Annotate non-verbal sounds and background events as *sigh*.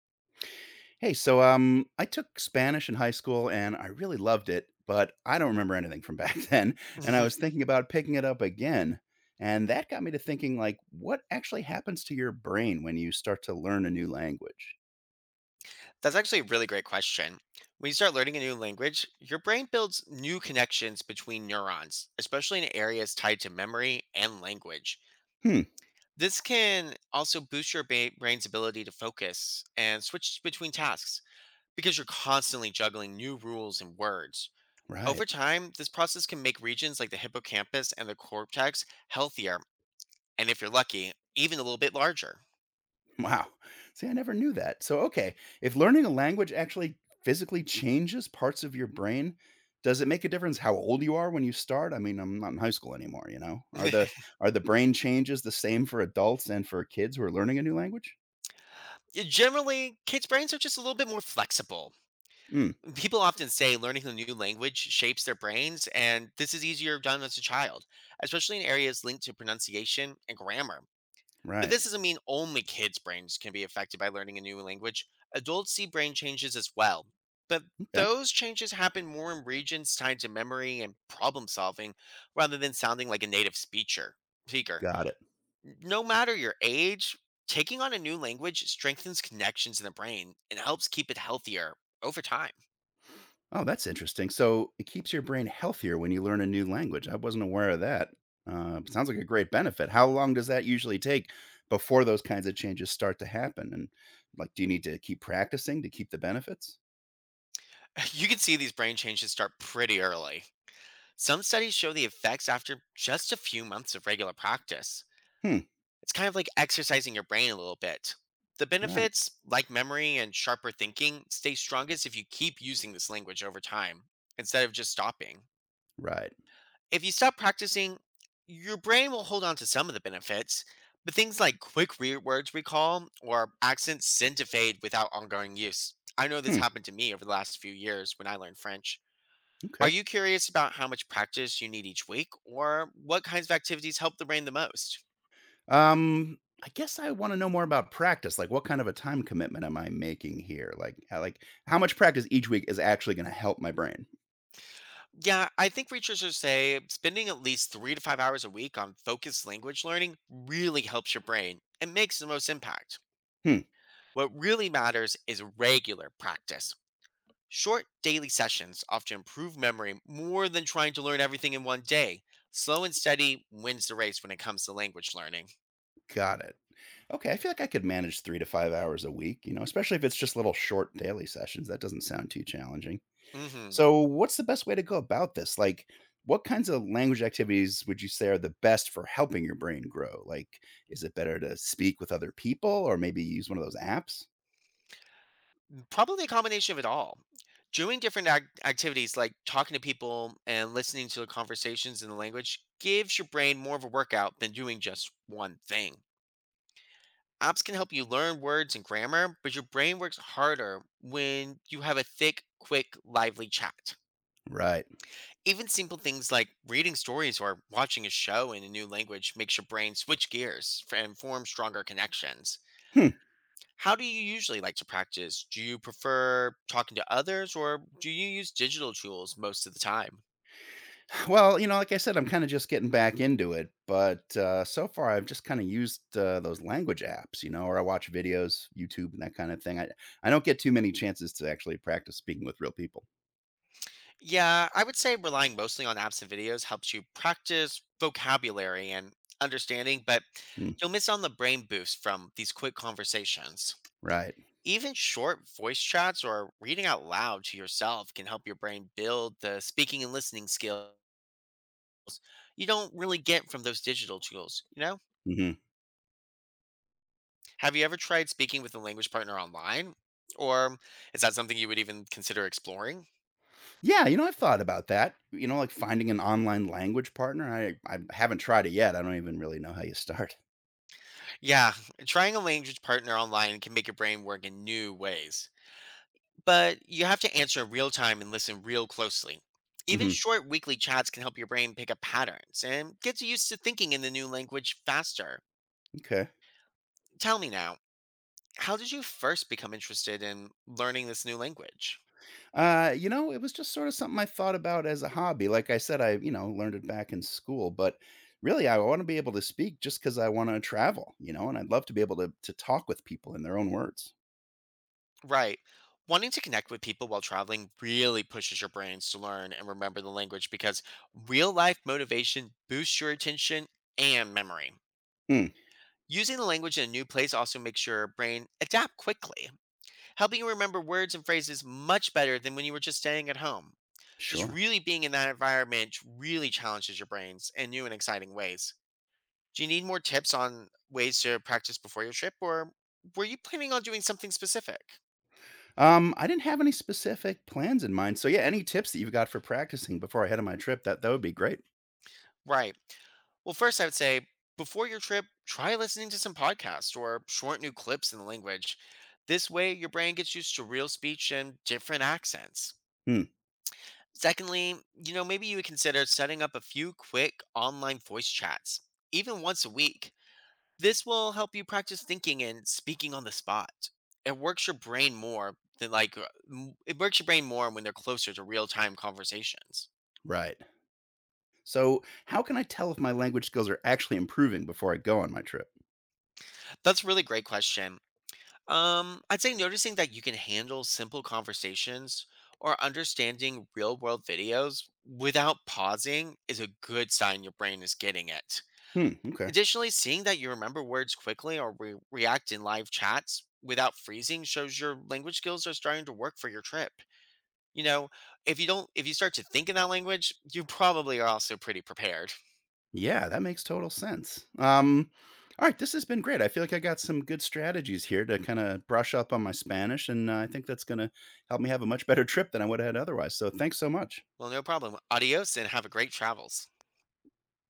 Hey, I took Spanish in high school and I really loved it, but I don't remember anything from back *laughs* then. And I Mhm. was thinking about picking it up again. And that got me to thinking, like, what actually happens to your brain when you start to learn a new language? That's actually a really great question. When you start learning a new language, your brain builds new connections between neurons, especially in areas tied to memory and language. Hmm, This can also boost your brain's ability to focus and switch between tasks because you're constantly juggling new rules and words. Over right. time, this process can make regions like the hippocampus and the cortex healthier, and if you're lucky, even a little bit larger. Wow. See, I never knew that. So, okay, if learning a language actually physically changes parts of your brain, does it make a difference how old you are when you start? I mean, I'm not in high school anymore, you know. *laughs* Are the brain changes the same for adults and for kids who are learning a new language? Generally, kids' brains are just a little bit more flexible. Mm, People often say learning a new language shapes their brains, and this is easier done as a child, especially in areas linked to pronunciation and grammar. But right. this doesn't mean only kids' brains can be affected by learning a new language. Adults see brain changes as well. But Okay. those changes happen more in regions tied to memory and problem solving rather than sounding like a native speaker. Got it. No matter your age, taking on a new language strengthens connections in the brain and helps keep it healthier over time. Oh, that's interesting. So it keeps your brain healthier when you learn a new language. I wasn't aware of that. Sounds like a great benefit. How long does that usually take before those kinds of changes start to happen? And like, do you need to keep practicing to keep the benefits? *laughs* You can see these brain changes start pretty early. Some studies show the effects after just a few months of regular practice. Hmm. It's kind of like exercising your brain a little bit. The Right. benefits, like memory and sharper thinking, stay strongest if you keep using this language over time instead of just stopping. Right. If you stop practicing, your brain will hold on to some of the benefits, but things like quick words recall or accents tend to fade without ongoing use. I know this Hmm. happened to me over the last few years when I learned French. Are Okay. you curious about how much practice you need each week or what kinds of activities help the brain the most? Um. I guess I want to know more about practice. Like, what kind of a time commitment am I making here? Like, like how much practice each week is actually going to help my brain? Yeah, I think researchers say spending at least 3 to 5 hours a week on focused language learning really helps your brain and makes the most impact. Hmm. What really matters is regular practice. Short daily sessions often improve memory more than trying to learn everything in one day. Slow and steady wins the race when it comes to language learning. Got it. Okay, I feel like I could manage 3 to 5 hours a week, you know, especially if it's just little short daily sessions. That doesn't sound too challenging. Hmm. So, what's the best way to go about this? Like, what kinds of language activities would you say are the best for helping your brain grow? Like, is it better to speak with other people or maybe use one of those apps? Probably a combination of it all. Doing different activities like talking to people and listening to the conversations in the language gives your brain more of a workout than doing just one thing. Apps can help you learn words and grammar, but your brain works harder when you have a thick, quick, lively chat. Right. Even simple things like reading stories or watching a show in a new language makes your brain switch gears and form stronger connections. Hmm. How do you usually like to practice? Do you prefer talking to others or do you use digital tools most of the time? Well, you know, like I said, I'm kind of just getting back into it, but so far I've just kind of used those language apps, you know, or I watch videos, YouTube, and that kind of thing. I don't get too many chances to actually practice speaking with real people. Yeah, I would say relying mostly on apps and videos helps you practice vocabulary and understanding, but Mm, you'll miss on the brain boost from these quick conversations. right. Even short voice chats or reading out loud to yourself can help your brain build the speaking and listening skills you don't really get from those digital tools, you know? Hmm. Have you ever tried speaking with a language partner online? Or is that something you would even consider exploring? Yeah, you know, I've thought about that. You know, like finding an online language partner. I haven't tried it yet. I don't even really know how you start. Yeah, trying a language partner online can make your brain work in new ways. But you have to answer in real time and listen real closely. *laughs* Even Hmm. short weekly chats can help your brain pick up patterns and get used to thinking in the new language faster. Okay. Tell me now, how did you first become interested in learning this new language? You know, it was just sort of something I thought about as a hobby. Like I said, you know, learned it back in school, but really I want to be able to speak just because I want to travel, you know, and I'd love to be able to talk with people in their own words. Right. Wanting to connect with people while traveling really pushes your brains to learn and remember the language because real life motivation boosts your attention and memory. Hmm, Using the language in a new place also makes your brain adapt quickly, helping you remember words and phrases much better than when you were just staying at home. Just sure. really being in that environment really challenges your brains in new and exciting ways. Do you need more tips on ways to practice before your trip, or were you planning on doing something specific? I didn't have any specific plans in mind. So yeah, any tips that you've got for practicing before I head on my trip, that would be great. Right. Well, first, I would say before your trip, try listening to some podcasts or short new clips in the language. This way, your brain gets used to real speech and different accents. Hmm, Secondly, maybe you would consider setting up a few quick online voice chats, even once a week. This will help you practice thinking and speaking on the spot. It works your brain more than like it works your brain more when they're closer to real-time conversations. right. So how can I tell if my language skills are actually improving before I go on my trip? That's a really great question. I'd say noticing that you can handle simple conversations or understanding real world videos without pausing is a good sign your brain is getting it. Hmm, okay. Additionally, seeing that you remember words quickly or react in live chats without freezing shows your language skills are starting to work for your trip. You know, if you start to think in that language, you probably are also pretty prepared. Yeah, that makes total sense. All right, this has been great. I feel like I got some good strategies here to kind of brush up on my Spanish, and I think that's going to help me have a much better trip than I would have had otherwise. So, thanks so much. Well, no problem. Adios and have a great travels.